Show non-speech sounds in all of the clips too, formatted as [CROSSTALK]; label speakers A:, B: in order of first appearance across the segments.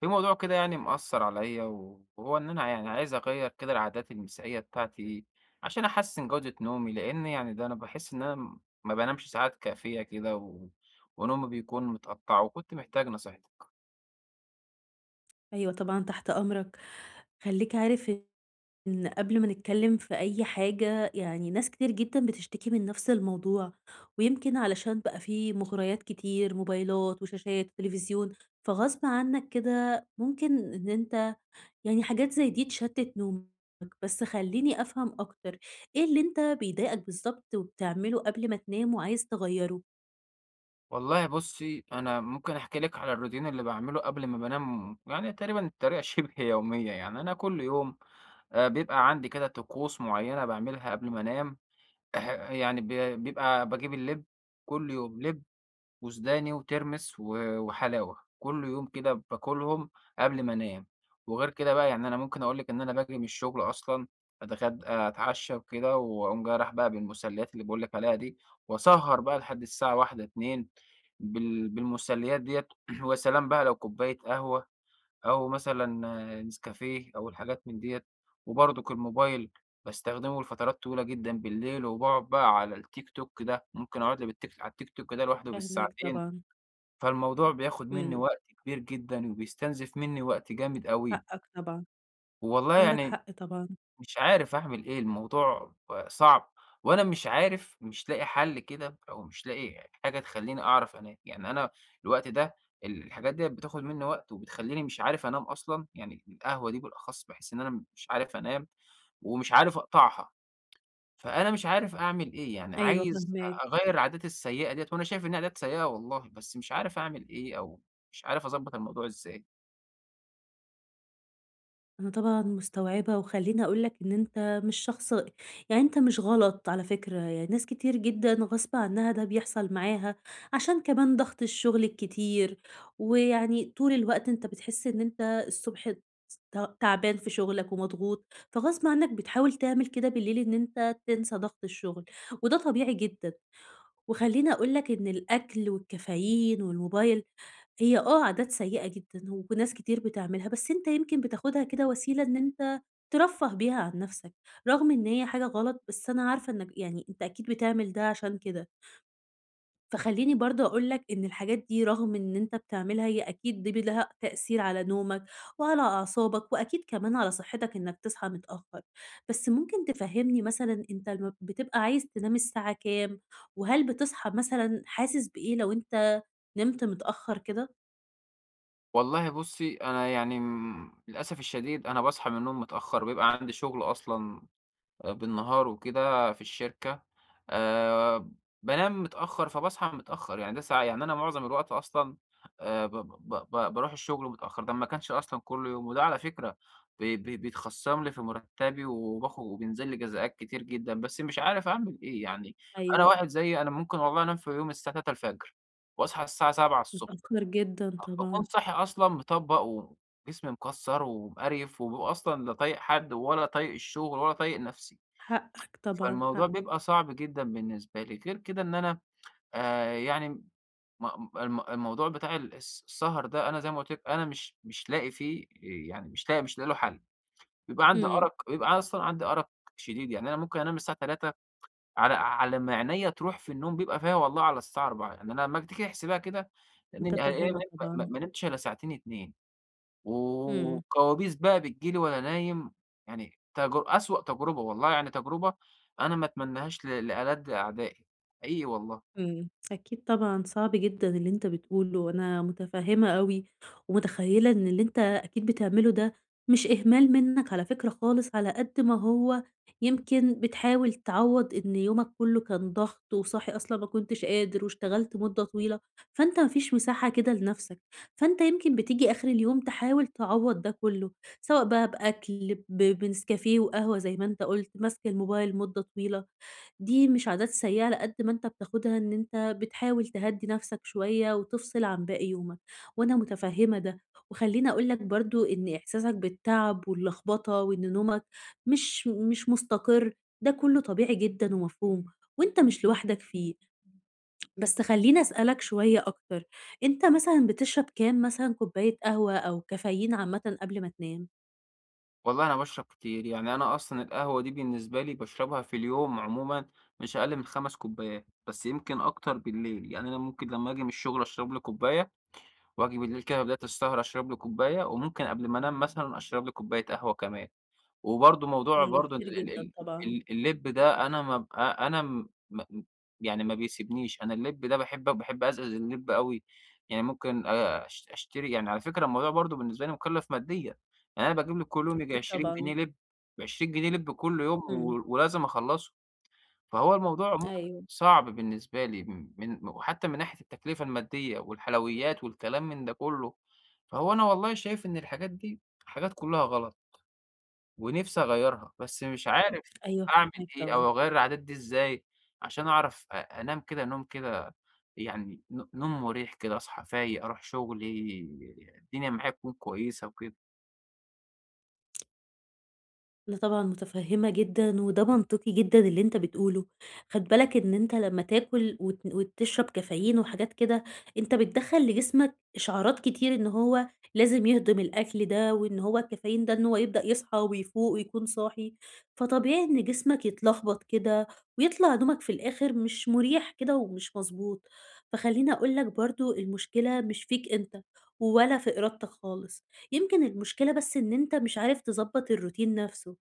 A: في موضوع كده يعني مأثّر عليّا وهو إن أنا يعني عايز أغيّر كده العادات المسائية بتاعتي عشان أحسّن جودة نومي، لإن يعني ده أنا باحس إن أنا ما بانامش ساعات كافية كده ونومي بيكون متقطّع وكنت محتاج نصيحتك.
B: أيوه طبعًا تحت أمرك. خلّيك عارف إن قبل ما نتكلّم في أي حاجة، يعني ناس كتير جدًا بتشتكي من نفس الموضوع، ويمكن علشان بقى في مغريات كتير، موبايلات وشاشات وتليفزيون، فغصب عنّك كده ممكن إن أنت يعني حاجات زي دي تشتِّت نومك. بس خلّيني أفهم أكتر، إيه اللي أنت بيضايقك بالضبط وبتعمله قبل ما تنام وعايز تغيّره؟
A: والله بُصّي، أنا ممكن أحكي لِك على الroutine اللي باعمله قبل ما بانام يعني تقريبًا بطريقة [LAUGHS] شِبه يومية يعني. أنا كل يوم بيبقى عندي كده طقوس معيّنة باعملها قبل ما أنام [LAUGHS] يعني بيبقى باجيب اللِب كل يوم، لِب وسوداني وترمس وحلاوة، كل يوم كده باكلهم قبل ما أنام، وغير كده بقى يعني أنا ممكن أقول لِك إن أنا باجي من الشغل أصلًا أتغدى أتعشى وكده وأقوم جاي رايح بقى بالمسليات اللي باقول لِك عليها دي، وأسهر بقى لحد الساعة 01:00، 02:00 بالمسليات ديّة [CLEARS THROAT] ويا سلام بقى لو كوباية قهوة أو مثلًا آه، نسكافيه أو الحاجات من ديّة، وبرضك الموبايل باستخدمه لفترات طويلة جدًا بالليل، وباقعد بقى على التيك توك ده، ممكن أقعد لي بالتيك على التيك توك ده لوحده
B: فاهماك
A: بالساعتين.
B: طبعًا،
A: فالموضوع بياخد منّي
B: إمم،
A: وقت كبير جدًا، وبيستنزف منّي وقت جامد أوي،
B: حقّك طبعًا،
A: والله
B: عندك
A: يعني
B: حق طبعًا،
A: مش عارف أعمل إيه، الموضوع صعب، وأنا مش عارف مش لاقي حل كده، أو مش لاقي حاجة تخلّيني أعرف أنام، يعني أنا الوقت ده الحاجات ديّة بتاخد منّي وقت، وبتخلّيني مش عارف أنام أصلًا، يعني القهوة دي بالأخص باحس إن أنا مش عارف أنام، ومش عارف أقطعها. فأنا مش عارف أعمل إيه، يعني
B: أيوه
A: عايز
B: فاهماك.
A: أغيّر العادات السيئة ديّة وأنا شايف إنها عادات سيئة والله، بس مش عارف أعمل إيه أو مش عارف أضبّط الموضوع إزاي.
B: أنا طبعًا مستوعبة، وخلّيني أقول لك إن أنت مش شخص يعني أنت مش غلط على فكرة، يعني ناس كتير جدًا غصب عنها ده بيحصل معاها، عشان كمان ضغط الشغل الكتير، ويعني طول الوقت أنت بتحس إن أنت الصبح تعبان في شغلك ومضغوط، فغصب عنك بتحاول تعمل كده بالليل إن أنت تنسى ضغط الشغل، وده طبيعي جدًا. وخلّيني أقول لك إن الأكل والكافيين والموبايل هي آه، عادات سيئة جدًا، وناس كتير بتعملها، بس أنت يمكن بتاخدها كده وسيلة إن أنت ترفّه بيها عن نفسك، رغم إن هي حاجة غلط، بس أنا عارفة إنك يعني أنت أكيد بتعمل ده عشان كده، فخلّيني برضه أقول لك إن الحاجات دي رغم إن أنت بتعملها، هي أكيد دي لها تأثير على نومك وعلى أعصابك وأكيد كمان على صحتك إنك تصحى متأخر، بس ممكن تفهّمني مثلًا أنت لمّا بتبقى عايز تنام الساعة كام؟ وهل بتصحى مثلًا حاسس بإيه لو أنت نمت متأخر كده؟
A: والله بُصّي، أنا يعني للأسف الشديد أنا باصحى من النوم متأخّر، بيبقى عندي شغل أصلًا بالنهار وكده في الشركة، آآ بانام متأخّر فباصحى متأخّر، يعني ده ساع يعني أنا معظم الوقت أصلًا ب ب ب باروح الشغل متأخّر، ده ما كانش أصلًا كل يوم، وده على فكرة ب ب بيتخصم لي في مرتبي وباخد وبينزل لي جزاءات كتير جدًا، بس مش عارف أعمل إيه يعني، أنا
B: أيوه.
A: واحد زيي أنا ممكن والله أنام في يوم الساعة 03:00 واصحى الساعة 07:00
B: متأخّر جدًا
A: باكون
B: طبعًا،
A: صاحي أصلًا مطبّق وجسمي مكسّر ومقريف، وبابقى أصلًا لا طايق حد ولا طايق الشغل ولا طايق نفسي.
B: حقّك طبعًا،
A: فالموضوع بيبقى
B: حقّك،
A: صعب جدًا بالنسبة لي، غير كده إن أنا آآ يعني الموضوع بتاع ال الس السهر ده أنا زي ما قُلت لك أنا مش لاقي فيه يعني مش لاقي له حل،
B: إمم،
A: بيبقى أصلًا عندي أرق شديد، يعني أنا ممكن أنام الساعة 03:00 على ما عينيّا تروح في النوم بيبقى فيها والله على الساعة 04:00 يعني أنا لمّا تيجي تحسبها كده لأنني أنا
B: متفهّمة طبعًا،
A: ما نمتش إلا ساعتين، 2.
B: إمم.
A: وكوابيس بقى بتيجي لي وأنا نايم، يعني أسوأ تجربة والله يعني تجربة أنا ما أتمناهاش لألَدّ أعدائي، حقيقي والله،
B: إمم، أكيد طبعًا صعب جدًا اللي أنت بتقوله، وأنا متفهمة أوي، ومتخيلة إن اللي أنت أكيد بتعمله ده مش إهمال منك على فكرة خالص، على قد ما هو يمكن بتحاول تعوّض إن يومك كله كان ضغط، وصاحي أصلًا ما كنتش قادر، واشتغلت مدة طويلة، فأنت ما فيش مساحة كده لنفسك، فأنت يمكن بتيجي آخر اليوم تحاول تعوّض ده كله، سواء بقى بأكل، بنسكافيه وقهوة زي ما أنت قُلت، ماسك الموبايل مدة طويلة. دي مش عادات سيئة على قد ما أنت بتاخدها إن أنت بتحاول تهدّي نفسك شوية وتفصل عن باقي يومك، وأنا متفهّمة ده، وخلّيني أقول لك برضه إن إحساسك بالتعب واللخبطة وإن نومك مش مستقر، ده كلّه طبيعي جدًا ومفهوم، وأنت مش لوحدك فيه، بس خلّيني أسألك شوية أكتر، أنت مثلًا بتشرب كام مثلًا كوباية قهوة أو كافيين عامةً قبل ما تنام؟
A: والله أنا باشرب كتير، يعني أنا أصلًا القهوة دي بالنسبة لي باشربها في اليوم عمومًا مش أقل من 5 كوبايات، بس يمكن أكتر بالليل، يعني أنا ممكن لمّا آجي من الشغل أشرب لي كوباية، وآجي بالليل كده في بداية السهرة أشرب لي كوباية، وممكن قبل ما أنام مثلًا أشرب لي كوباية قهوة كمان. وبرضه موضوع
B: إمم،
A: برضه
B: كتير
A: ال ال
B: جدًا
A: ال
B: طبعًا،
A: ال اللِّب ده أنا ما ب أ أنا م م يعني ما بيسيبنيش، أنا اللِّب ده باحب أزقّز اللِّب أوي، يعني ممكن أش أشتري يعني على فكرة الموضوع برضه بالنسبة لي مُكلّف ماديًا، يعني أنا باجيب لي كل يوم ييجي
B: أكيد
A: 20 جنيه
B: طبعًا،
A: لِّب، 20 جنيه لِّب كل يوم
B: إمم،
A: ولازم أخلّصه، فهو الموضوع عمومًا
B: أيوه،
A: صعب بالنسبة لي م من وحتى من ناحية التكلفة المادية والحلويات والكلام من ده كُلّه، فهو أنا والله شايف إن الحاجات دي حاجات كُلّها غلط. ونِفْسي أغيّرها، بس مش عارف
B: أيوه
A: أعمل
B: فاهماك
A: إيه
B: طبعًا.
A: أو أغيّر العادات دي إزاي عشان أعرف أنام كده نوم كده يعني نوم مُريح كده، أصحى فايق، أروح شُغلي، الدنيا معايا تكون كويسة وكده.
B: أنا طبعًا متفهمة جدًا، وده منطقي جدًا اللي أنت بتقوله. خد بالك إن أنت لمّا تاكل وتشرب كافيين وحاجات كده، أنت بتدخّل لجسمك إشعارات كتير إن هو لازم يهضم الأكل ده، وإن هو الكافيين ده إن هو يبدأ يصحى ويفوق ويكون صاحي، فطبيعي إن جسمك يتلخبط كده، ويطلع نومك في الآخر مش مريح كده ومش مضبوط. فخلّيني أقول لك برضه المشكلة مش فيك أنت، ولا في إرادتك خالص. يمكن المشكلة بس إن أنت مش عارف تضبّط الروتين نفسه.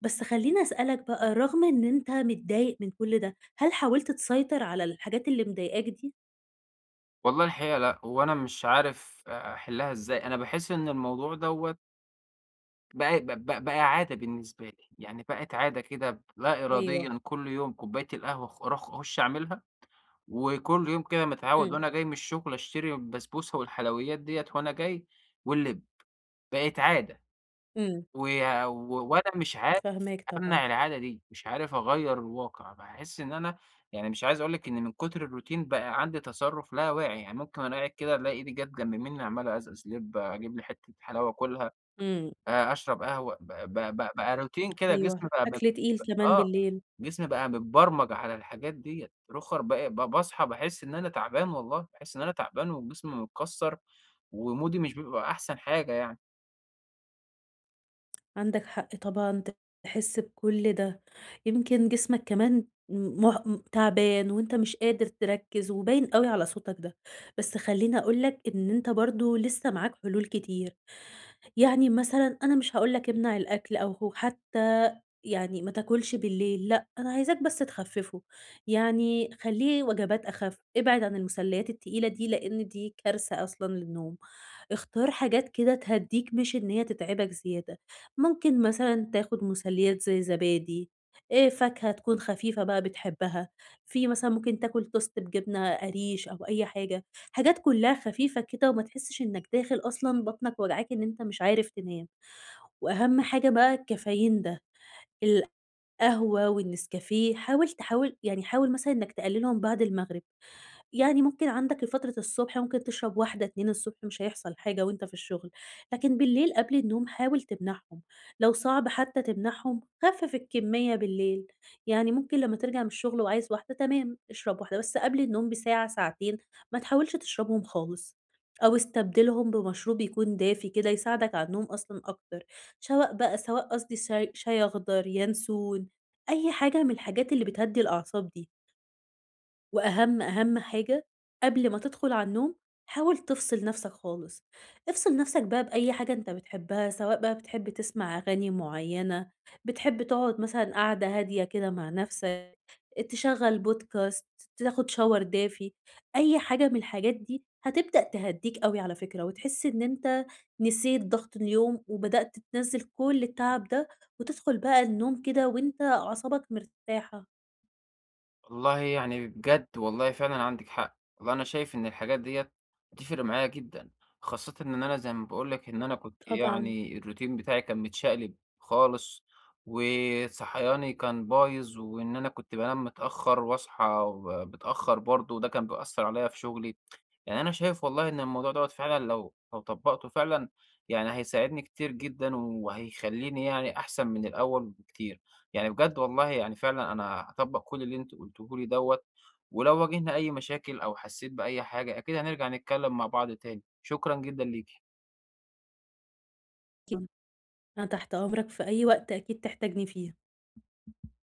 B: بس خلّيني أسألك بقى، رغم إن أنت متضايق من كل ده، هل حاولت تسيطر على الحاجات اللي مضايقاك دي؟
A: والله الحقيقة لأ، هو أنا مش عارف أحلّها إزاي، أنا باحس إن الموضوع دوّة بقى ب ب بقى عادة بالنسبة لي، يعني بقت عادة كده لا
B: أيوه،
A: إراديًا كل يوم كوباية القهوة أروح أخُش أعملها وكل يوم كده متعود
B: إمم،
A: وأنا جاي من الشغل أشتري البسبوسة والحلويات ديّة وأنا جاي واللب، بقت عادة
B: إمم،
A: ويا و وأنا مش عارف
B: فاهماك طبعًا،
A: أمنع العادة دي، مش عارف أغيّر الواقع، باحس إن أنا يعني مش عايز أقول لِك إن من كتر الروتين بقى عندي تصرُّف لا واعي، يعني ممكن وأنا قاعد كده ألاقي إيدي جات جنب منّي عمّالة أزقّز لِب، أجيب لي حتّة حلاوة آكلها،
B: إمم.
A: أشرب قهوة، ب ب ب بقى روتين كده
B: أيوه،
A: جسمي بقى ب
B: أكل تقيل كمان
A: آه،
B: بالليل،
A: جسمي بقى متبرمج على الحاجات ديّة، رُخر بقى ب باصحى باحس إن أنا تعبان والله، باحس إن أنا تعبان وجسمي متكسّر ومودي مش بيبقى أحسن حاجة يعني.
B: عندك حق طبعًا تحس بكل ده، يمكن جسمك كمان م مه م تعبان وأنت مش قادر تركّز وباين أوي على صوتك ده، بس خلّيني أقول لك إن أنت برضه لسه معاك حلول كتير. يعني مثلًا أنا مش هاقول لك امنع الأكل أو هو حتى يعني ما تاكلش بالليل، لأ، أنا عايزاك بس تخفّفه، يعني خلّيه وجبات أخف، ابعد عن المسليات التقيلة دي، لإن دي كارثة أصلًا للنوم. اختار حاجات كده تهدّيك مش إن هي تتعبك زيادة، ممكن مثلًا تاخد مسليات زي زبادي، فاكهة تكون خفيفة بقى بتحبها، في مثلًا ممكن تاكل توست بجبنة قريش أو أي حاجة، حاجات كلّها خفيفة كده وما تحسّش إنك داخل أصلًا بطنك واجعاك إن أنت مش عارف تنام، وأهم حاجة بقى الكافيين ده، القهوة والنسكافيه حاول تحاول يعني حاول مثلًا إنك تقللهم بعد المغرب. يعني ممكن عندك لفترة الصبح ممكن تشرب واحدة 2 الصبح مش هيحصل حاجة وأنت في الشغل، لكن بالليل قبل النوم حاول تمنعهم، لو صعب حتى تمنعهم خفِّف الكمية بالليل، يعني ممكن لمّا ترجع من الشغل وعايز واحدة تمام اشرب واحدة، بس قبل النوم بساعة ساعتين ما تحاولش تشربهم خالص، أو استبدلهم بمشروب يكون دافي كده يساعدك على النوم أصلًا أكتر، شواء بقى سواء قصدي شاي أخضر، ينسون، أي حاجة من الحاجات اللي بتهدّي الأعصاب دي. وأهم حاجة قبل ما تدخل على النوم حاول تفصل نفسك خالص، افصل نفسك بقى بأي حاجة أنت بتحبها، سواء بقى بتحب تسمع أغاني معينة، بتحب تقعد مثلًا قعدة هادية كده مع نفسك، تشغّل بودكاست، تاخد shower دافي، أي حاجة من الحاجات دي هتبدأ تهدّيك أوي على فكرة، وتحس إن أنت نسيت ضغط اليوم وبدأت تنزّل كل التعب ده، وتدخل بقى النوم كده وأنت أعصابك مرتاحة.
A: والله يعني بجد والله فعلًا عندِك حق، والله أنا شايف إن الحاجات ديّة هتفرق معايا جدًا، خاصةً إن أنا زي ما باقول لك إن أنا كنت
B: طبعًا.
A: يعني الروتين بتاعي كان متشقلب خالص، وصحياني كان بايظ، وإن أنا كنت بانام متأخر واصحى ب متأخر برضه، وده كان بيأثّر عليَّ في شغلي. يعني أنا شايف والله إن الموضوع دوّة فعلًا لو طبّقته فعلًا، يعني هيساعدني كتير جدًا وهيخلّيني يعني أحسن من الأول بكتير، يعني بجد والله يعني فعلًا أنا هاطبّق كل اللي أنتِ قُلتيه لي دوّة، ولو واجهنا أي مشاكل أو حسّيت بأي حاجة أكيد هنرجع نتكلّم مع بعض تاني، شكرًا جدًا ليكِ.
B: أنا تحت أمرك في أي وقت أكيد تحتاجني فيه.